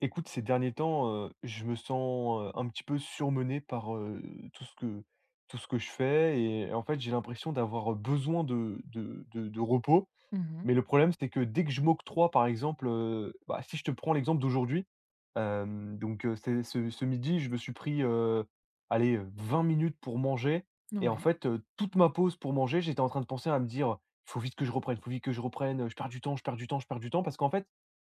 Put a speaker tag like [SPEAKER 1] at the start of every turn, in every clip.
[SPEAKER 1] Écoute, ces derniers temps, je me sens, un petit peu surmené par, tout ce que tout ce que je fais et en fait, j'ai l'impression d'avoir besoin de repos.
[SPEAKER 2] Mmh.
[SPEAKER 1] Mais le problème, c'est que dès que je m'octroie, par exemple, bah, si je te prends l'exemple d'aujourd'hui, donc c'est ce midi, je me suis pris, allez, 20 minutes pour manger et en
[SPEAKER 2] Ouais.
[SPEAKER 1] fait, toute ma pause pour manger, j'étais en train de penser à me dire: «Il faut vite que je reprenne, il faut vite que je reprenne, je perds du temps, je perds du temps, je perds du temps». Parce qu'en fait,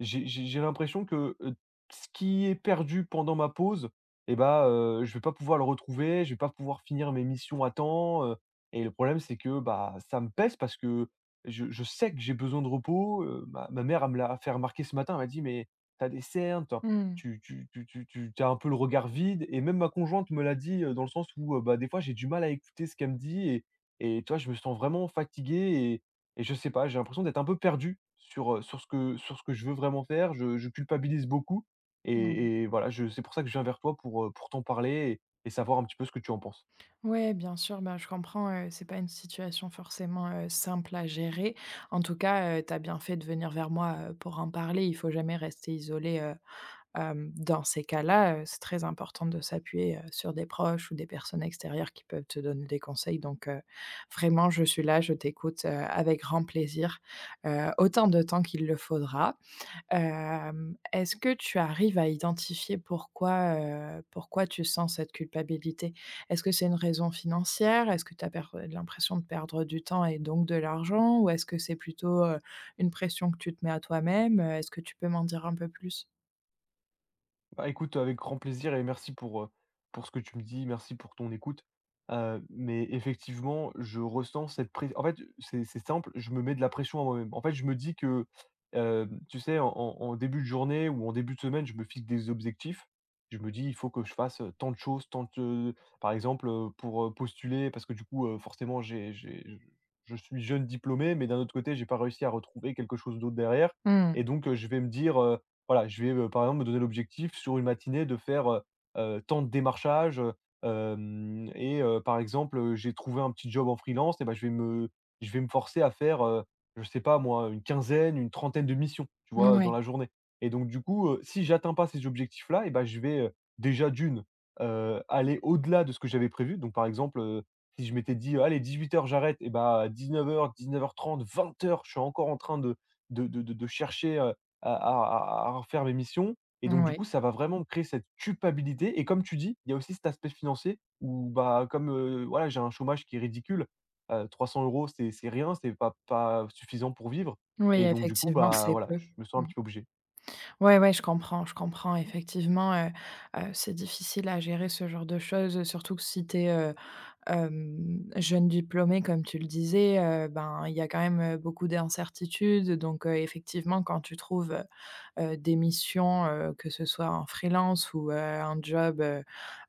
[SPEAKER 1] j'ai l'impression que, ce qui est perdu pendant ma pause, et bah, je vais pas pouvoir le retrouver, je vais pas pouvoir finir mes missions à temps. Et le problème, c'est que, bah, ça me pèse parce que je sais que j'ai besoin de repos. Ma mère, elle me l'a fait remarquer ce matin, elle m'a dit: «Mais t'as des cernes, tu as
[SPEAKER 2] Mmh.
[SPEAKER 1] tu un peu le regard vide». Et même ma conjointe me l'a dit, dans le sens où, bah, des fois, j'ai du mal à écouter ce qu'elle me dit, et tu vois, je me sens vraiment fatigué, et je sais pas, j'ai l'impression d'être un peu perdu sur, sur ce que je veux vraiment faire. Je culpabilise beaucoup,
[SPEAKER 2] Ouais.
[SPEAKER 1] et voilà, je c'est pour ça que je viens vers toi pour t'en parler, et savoir un petit peu ce que tu en penses.
[SPEAKER 2] Ouais, bien sûr, bah, je comprends, c'est pas une situation forcément, simple à gérer. En tout cas, tu as bien fait de venir vers moi, pour en parler. Il faut jamais rester isolé, dans ces cas-là, c'est très important de s'appuyer, sur des proches ou des personnes extérieures qui peuvent te donner des conseils, donc vraiment je suis là, je t'écoute, avec grand plaisir, autant de temps qu'il le faudra. Est-ce que tu arrives à identifier pourquoi, pourquoi tu sens cette culpabilité? Est-ce que c'est une raison financière? Est-ce que tu as l'impression de perdre du temps et donc de l'argent? Ou est-ce que c'est plutôt, une pression que tu te mets à toi-même? Est-ce que tu peux m'en dire un peu plus?
[SPEAKER 1] Bah, écoute, avec grand plaisir, et merci pour ce que tu me dis, merci pour ton écoute. Mais effectivement, je ressens cette pression. En fait, c'est simple, je me mets de la pression à moi-même. En fait, je me dis que, tu sais, en début de journée ou en début de semaine, je me fixe des objectifs. Je me dis: «Il faut que je fasse, tant de choses, tant de». Par exemple, pour, postuler, parce que du coup, forcément j'ai je suis jeune diplômé, mais d'un autre côté, j'ai pas réussi à retrouver quelque chose d'autre derrière,
[SPEAKER 2] Mmh.
[SPEAKER 1] et donc je vais me dire, voilà, je vais, par exemple, me donner l'objectif sur une matinée de faire, tant de démarchages, hem et par exemple, j'ai trouvé un petit job en freelance, et ben je vais me forcer à faire, je sais pas moi, une quinzaine, une trentaine de missions, tu vois, dans
[SPEAKER 2] Oui,
[SPEAKER 1] la journée. Et donc du coup, si j'atteins pas ces objectifs-là, et ben je vais, déjà d'une, aller au-delà de ce que j'avais prévu. Donc par exemple, si je m'étais dit: «Allez, 18h j'arrête», et bah, à 19h-19h30-20h je suis encore en train de chercher, à refaire mes missions. Et donc du coup,
[SPEAKER 2] ouais.
[SPEAKER 1] ça va vraiment me créer cette culpabilité, et comme tu dis, il y a aussi cet aspect financier où, bah, comme, voilà, j'ai un chômage qui est ridicule. 300 €, c'est rien, c'est pas suffisant pour vivre.
[SPEAKER 2] Oui,
[SPEAKER 1] Et donc du coup,
[SPEAKER 2] effectivement,
[SPEAKER 1] bah,
[SPEAKER 2] c'est
[SPEAKER 1] voilà,
[SPEAKER 2] peu.
[SPEAKER 1] je me sens un
[SPEAKER 2] Mmh.
[SPEAKER 1] petit peu obligé.
[SPEAKER 2] Ouais, ouais, je comprends effectivement, c'est difficile à gérer ce genre de choses, surtout que si tu es, jeune diplômée, comme tu le disais, ben, il y a quand même, beaucoup d'incertitudes. Donc, effectivement, quand tu trouves, des missions, que ce soit en freelance ou, un job,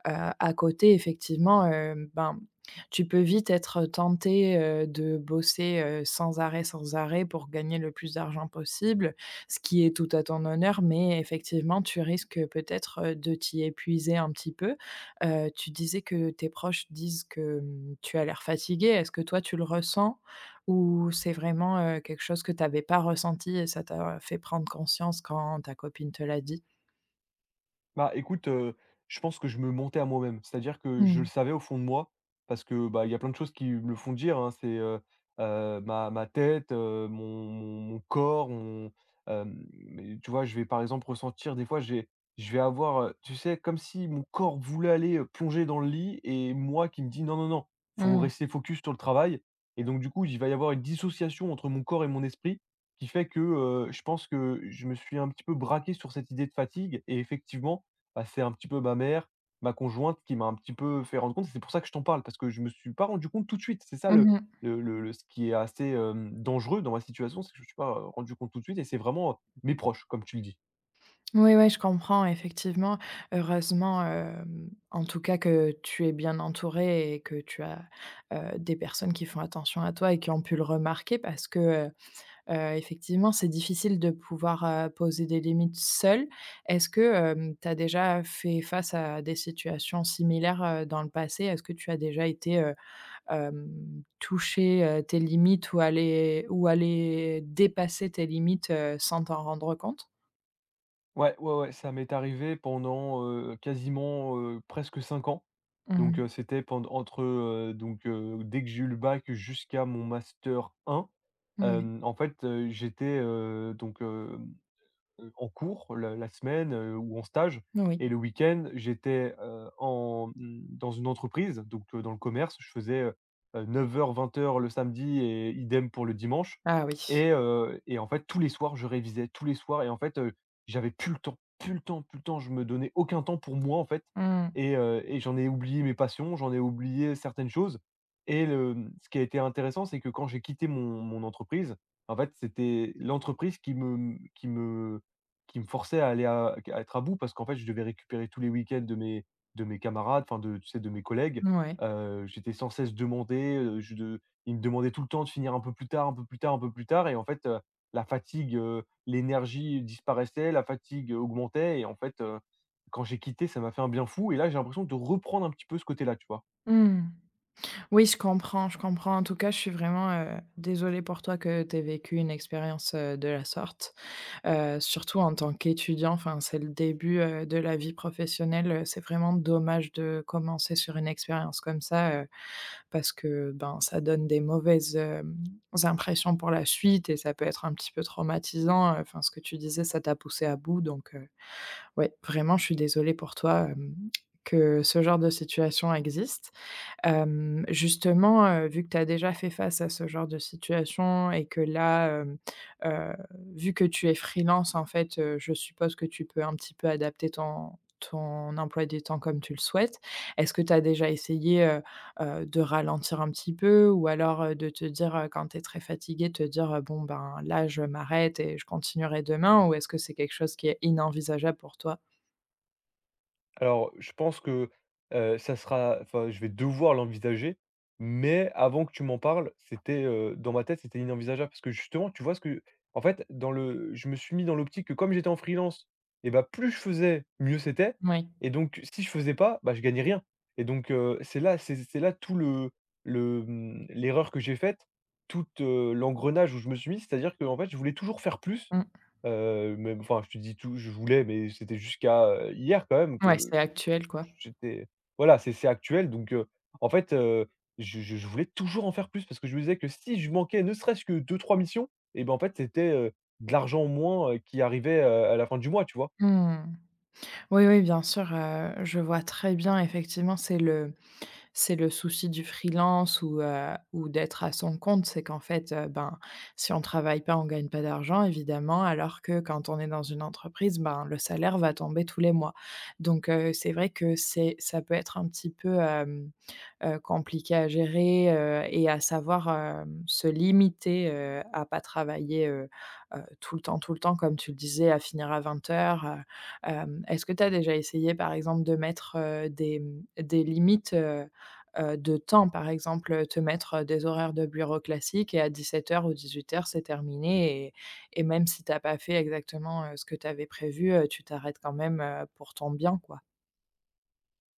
[SPEAKER 2] Heu, à côté effectivement, ben, tu peux vite être tenté, de bosser, sans arrêt, sans arrêt, pour gagner le plus d'argent possible, ce qui est tout à ton honneur, mais effectivement tu risques, peut-être, de t'y épuiser un petit peu. Tu disais que tes proches disent que, tu as l'air fatigué. Est-ce que toi tu le ressens ou c'est vraiment, quelque chose que tu avais pas ressenti et ça t'a fait prendre conscience quand ta copine te l'a dit?
[SPEAKER 1] Bah, écoute, je pense que je me montais à moi-même. C'est-à-dire que je
[SPEAKER 2] Mmh.
[SPEAKER 1] le savais au fond de moi, parce que, bah, il y a plein de choses qui me le font dire, hein. C'est, ma tête, mon corps, mais tu vois? Je vais par exemple ressentir des fois, j'ai je vais avoir, tu sais? Comme si mon corps voulait aller, plonger dans le lit, et moi qui me dis: «Non, non, non, faut
[SPEAKER 2] Mmh.
[SPEAKER 1] rester focus sur le travail». Et donc du coup, il va y avoir une dissociation entre mon corps et mon esprit qui fait que, je pense que je me suis un petit peu braqué sur cette idée de fatigue. Et effectivement, bah, c'est un petit peu ma mère, ma conjointe qui m'a un petit peu fait rendre compte. C'est pour ça que je t'en parle, parce que je me suis pas rendu compte tout de suite. C'est ça
[SPEAKER 2] Mmh.
[SPEAKER 1] le ce qui est assez, dangereux dans ma situation: c'est que je me suis pas, rendu compte tout de suite, et c'est vraiment, mes proches, comme tu le dis.
[SPEAKER 2] Oui, oui, je comprends effectivement. Heureusement, en tout cas, que tu es bien entourée et que tu as, des personnes qui font attention à toi et qui ont pu le remarquer, parce que, heu effectivement, c'est difficile de pouvoir, poser des limites seule. Est-ce que tu as déjà fait face à des situations similaires, dans le passé? Est-ce que tu as déjà été, toucher, tes limites ou aller dépasser tes limites, sans t'en rendre compte?
[SPEAKER 1] Ouais, ouais, ouais, ça m'est arrivé pendant, quasiment, presque 5 ans. Donc,
[SPEAKER 2] Mmh.
[SPEAKER 1] c'était pendant entre, dès que j'ai eu le bac jusqu'à mon master un. En fait, j'étais, en cours la semaine, ou en stage,
[SPEAKER 2] Oui, oui.
[SPEAKER 1] et le week-end, j'étais, dans une entreprise, donc dans le commerce. Je faisais 9h 20h le samedi, et idem pour le dimanche.
[SPEAKER 2] Ah oui.
[SPEAKER 1] Et en fait, tous les soirs, je révisais, tous les soirs. Et en fait, j'avais plus le temps, plus le temps, plus le temps. Je me donnais aucun temps pour moi, en fait.
[SPEAKER 2] Mmh.
[SPEAKER 1] Et j'en ai oublié mes passions, j'en ai oublié certaines choses. Ce qui a été intéressant, c'est que quand j'ai quitté mon entreprise, en fait, c'était l'entreprise qui me, mmh, qui me forçait à aller à être à bout, parce qu'en fait, je devais récupérer tous les week-ends de mes camarades, enfin de tu sais, de mes collègues.
[SPEAKER 2] Mouais.
[SPEAKER 1] J'étais sans cesse demandé, je de ils me demandaient tout le temps de finir un peu plus tard, un peu plus tard, un peu plus tard. Et en fait, la fatigue, l'énergie disparaissait, la fatigue augmentait. Et en fait, quand j'ai quitté, ça m'a fait un bien fou, et là, j'ai l'impression de reprendre un petit peu ce côté-là, tu vois?
[SPEAKER 2] Mmh. Oui, je comprends, je comprends. En tout cas, je suis vraiment, désolée pour toi que tu aies vécu une expérience, de la sorte, surtout en tant qu'étudiant. Enfin, c'est le début, de la vie professionnelle, c'est vraiment dommage de commencer sur une expérience comme ça, parce que, ben, ça donne des mauvaises, impressions pour la suite et ça peut être un petit peu traumatisant. Enfin, ce que tu disais, ça t'a poussé à bout, donc ouais, vraiment, je suis désolée pour toi, que ce genre de situation existe. Justement, vu que tu as déjà fait face à ce genre de situation et que là, heu, vu que tu es freelance, en fait, je suppose que tu peux un petit peu adapter ton emploi du temps comme tu le souhaites. Est-ce que tu as déjà essayé, de ralentir un petit peu, ou alors, de te dire, quand tu es très fatiguée, te dire: «Bon, ben, là, je m'arrête et je continuerai demain», ou est-ce que c'est quelque chose qui est inenvisageable pour toi?
[SPEAKER 1] Alors, je pense que, ça sera, enfin, je vais devoir l'envisager, mais avant que tu m'en parles, c'était, dans ma tête, c'était inenvisageable, parce que justement, tu vois, ce que en fait, dans le je me suis mis dans l'optique que, comme j'étais en freelance et bah, plus je faisais, mieux c'était.
[SPEAKER 2] Oui.
[SPEAKER 1] Et donc si je faisais pas, bah, je gagnais rien. Et donc c'est là, c'est là tout l'erreur que j'ai faite, tout l'engrenage où je me suis mis. C'est-à-dire que en fait, je voulais toujours faire plus,
[SPEAKER 2] Mmh.
[SPEAKER 1] même, enfin, je te dis tout, je voulais, mais c'était jusqu'à, hier quand même
[SPEAKER 2] Ouais,
[SPEAKER 1] que
[SPEAKER 2] c'est actuel, quoi.
[SPEAKER 1] j'étais, voilà, c'est actuel, donc en fait, heu, je voulais toujours en faire plus, parce que je me disais que si je manquais ne serait-ce que deux trois missions, et ben, en fait, c'était, de l'argent en moins, qui arrivait, à la fin du mois, tu vois?
[SPEAKER 2] Mmh. Oui, oui, bien sûr, je vois très bien effectivement, c'est le souci du freelance ou d'être à son compte, c'est qu'en fait, ben, si on travaille pas, on gagne pas d'argent évidemment, alors que quand on est dans une entreprise, ben, le salaire va tomber tous les mois. Donc c'est vrai que c'est ça peut être un petit peu, compliqué à gérer, et à savoir, se limiter, à pas travailler, tout le temps, tout le temps, comme tu le disais, à finir à 20h, est-ce que tu as déjà essayé, par exemple, de mettre, des limites, de temps. Par exemple, te mettre, des horaires de bureau classiques, et à 17 heures ou 18 heures c'est terminé, et même si t'as pas fait exactement, ce que tu avais prévu, tu t'arrêtes quand même, pour ton bien, quoi.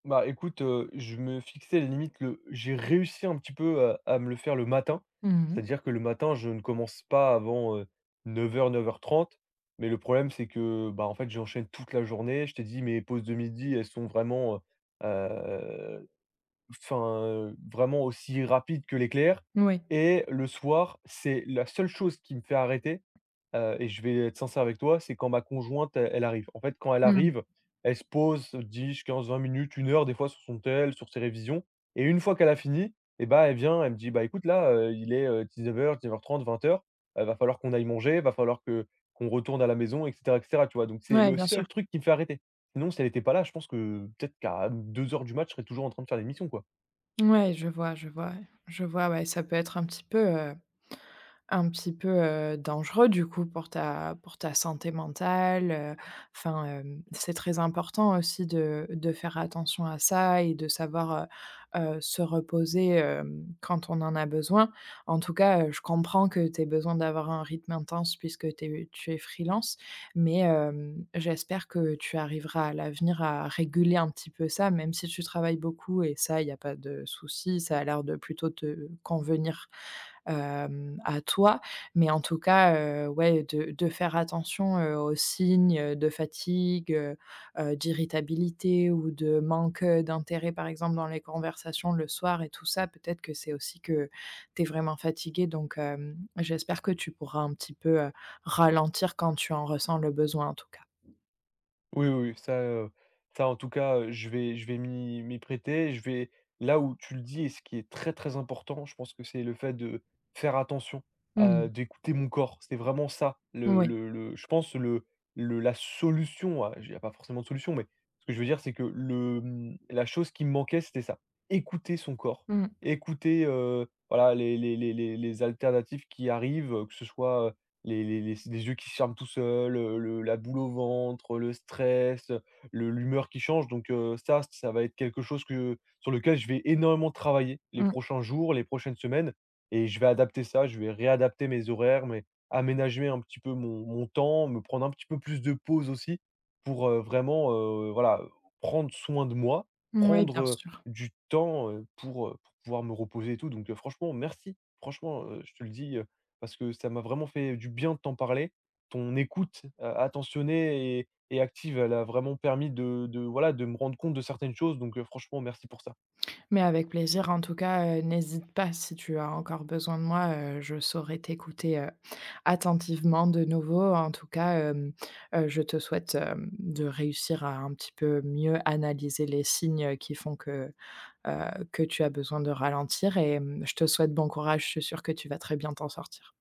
[SPEAKER 1] Bah, écoute, je me fixais les limites, le j'ai réussi un petit peu à me le faire le matin.
[SPEAKER 2] Mmh.
[SPEAKER 1] C'est-à-dire que le matin, je ne commence pas avant 9h 9h30. Mais le problème, c'est que, bah, en fait, j'enchaîne toute la journée. Je t'ai dit, mes pauses de midi, elles sont vraiment, heu enfin, vraiment aussi rapide que l'éclair.
[SPEAKER 2] Oui.
[SPEAKER 1] Et le soir, c'est la seule chose qui me fait arrêter, et je vais être sincère avec toi, c'est quand ma conjointe, elle arrive. En fait, quand elle
[SPEAKER 2] Mmh.
[SPEAKER 1] arrive, elle se pose dix quinze vingt minutes, une heure des fois, sur son tel, sur ses révisions, et une fois qu'elle a fini, et ben elle vient, elle me dit: «Bah, écoute, là, il est dix neuf heures, 19h-19h30-20h, va falloir qu'on aille manger, va falloir que qu'on retourne à la maison», et cetera, tu vois? Donc c'est
[SPEAKER 2] Ouais,
[SPEAKER 1] le
[SPEAKER 2] bien sûr.
[SPEAKER 1] seul truc qui me fait arrêter. Sinon, si elle n'était pas là, je pense que peut-être qu'à 2h du match je serais toujours en train de faire l'émission, quoi.
[SPEAKER 2] Ouais, je vois, je vois, je vois, ouais, ça peut être un petit peu, dangereux du coup pour ta santé mentale, enfin, c'est très important aussi de faire attention à ça et de savoir, se reposer, quand on en a besoin. En tout cas, je comprends que tu aies besoin d'avoir un rythme intense puisque t'es tu es freelance, mais j'espère que tu arriveras à l'avenir à réguler un petit peu ça, même si tu travailles beaucoup, et ça, il y a pas de souci, ça a l'air de plutôt te convenir, à toi. Mais en tout cas, ouais, de faire attention, aux signes, de fatigue, d'irritabilité ou de manque, d'intérêt, par exemple, dans les conversations le soir et tout ça. Peut-être que c'est aussi que tu es vraiment fatigué, donc j'espère que tu pourras un petit peu, ralentir quand tu en ressens le besoin, en tout cas.
[SPEAKER 1] Oui, oui, oui, ça, en tout cas, je vais m'y prêter. Je vais là où tu le dis, et ce qui est très, très important, je pense, que c'est le fait de faire attention,
[SPEAKER 2] Mmh mh.
[SPEAKER 1] d'écouter mon corps. C'est vraiment ça,
[SPEAKER 2] Oui.
[SPEAKER 1] le je pense, le la solution à... il y a pas forcément de solution, mais ce que je veux dire, c'est que la chose qui me manquait, c'était ça. Écouter son corps,
[SPEAKER 2] Mmh.
[SPEAKER 1] écouter, voilà, les alternatives qui arrivent, que ce soit les yeux qui se ferment tout seuls, le la boule au ventre, le stress, le l'humeur qui change. Donc ça, ça va être quelque chose que sur lequel je vais énormément travailler les
[SPEAKER 2] Mmh.
[SPEAKER 1] prochains jours, les prochaines semaines, et je vais adapter ça. Je vais réadapter mes horaires, mais aménager un petit peu mon temps, me prendre un petit peu plus de pause aussi, pour, vraiment, voilà, prendre soin de moi,
[SPEAKER 2] Oui,
[SPEAKER 1] prendre,
[SPEAKER 2] bien sûr.
[SPEAKER 1] du temps, pour pouvoir me reposer et tout. Donc franchement, merci. Franchement, je te le dis, parce que ça m'a vraiment fait du bien de t'en parler. Ton écoute, attentionnée et active, elle a vraiment permis de voilà, de me rendre compte de certaines choses, donc franchement, merci pour ça.
[SPEAKER 2] Mais avec plaisir, en tout cas, n'hésite pas si tu as encore besoin de moi, je saurai t'écouter, attentivement de nouveau. En tout cas, je te souhaite, de réussir à un petit peu mieux analyser les signes, qui font heu, que tu as besoin de ralentir, et je te souhaite bon courage, je suis sûre que tu vas très bien t'en sortir.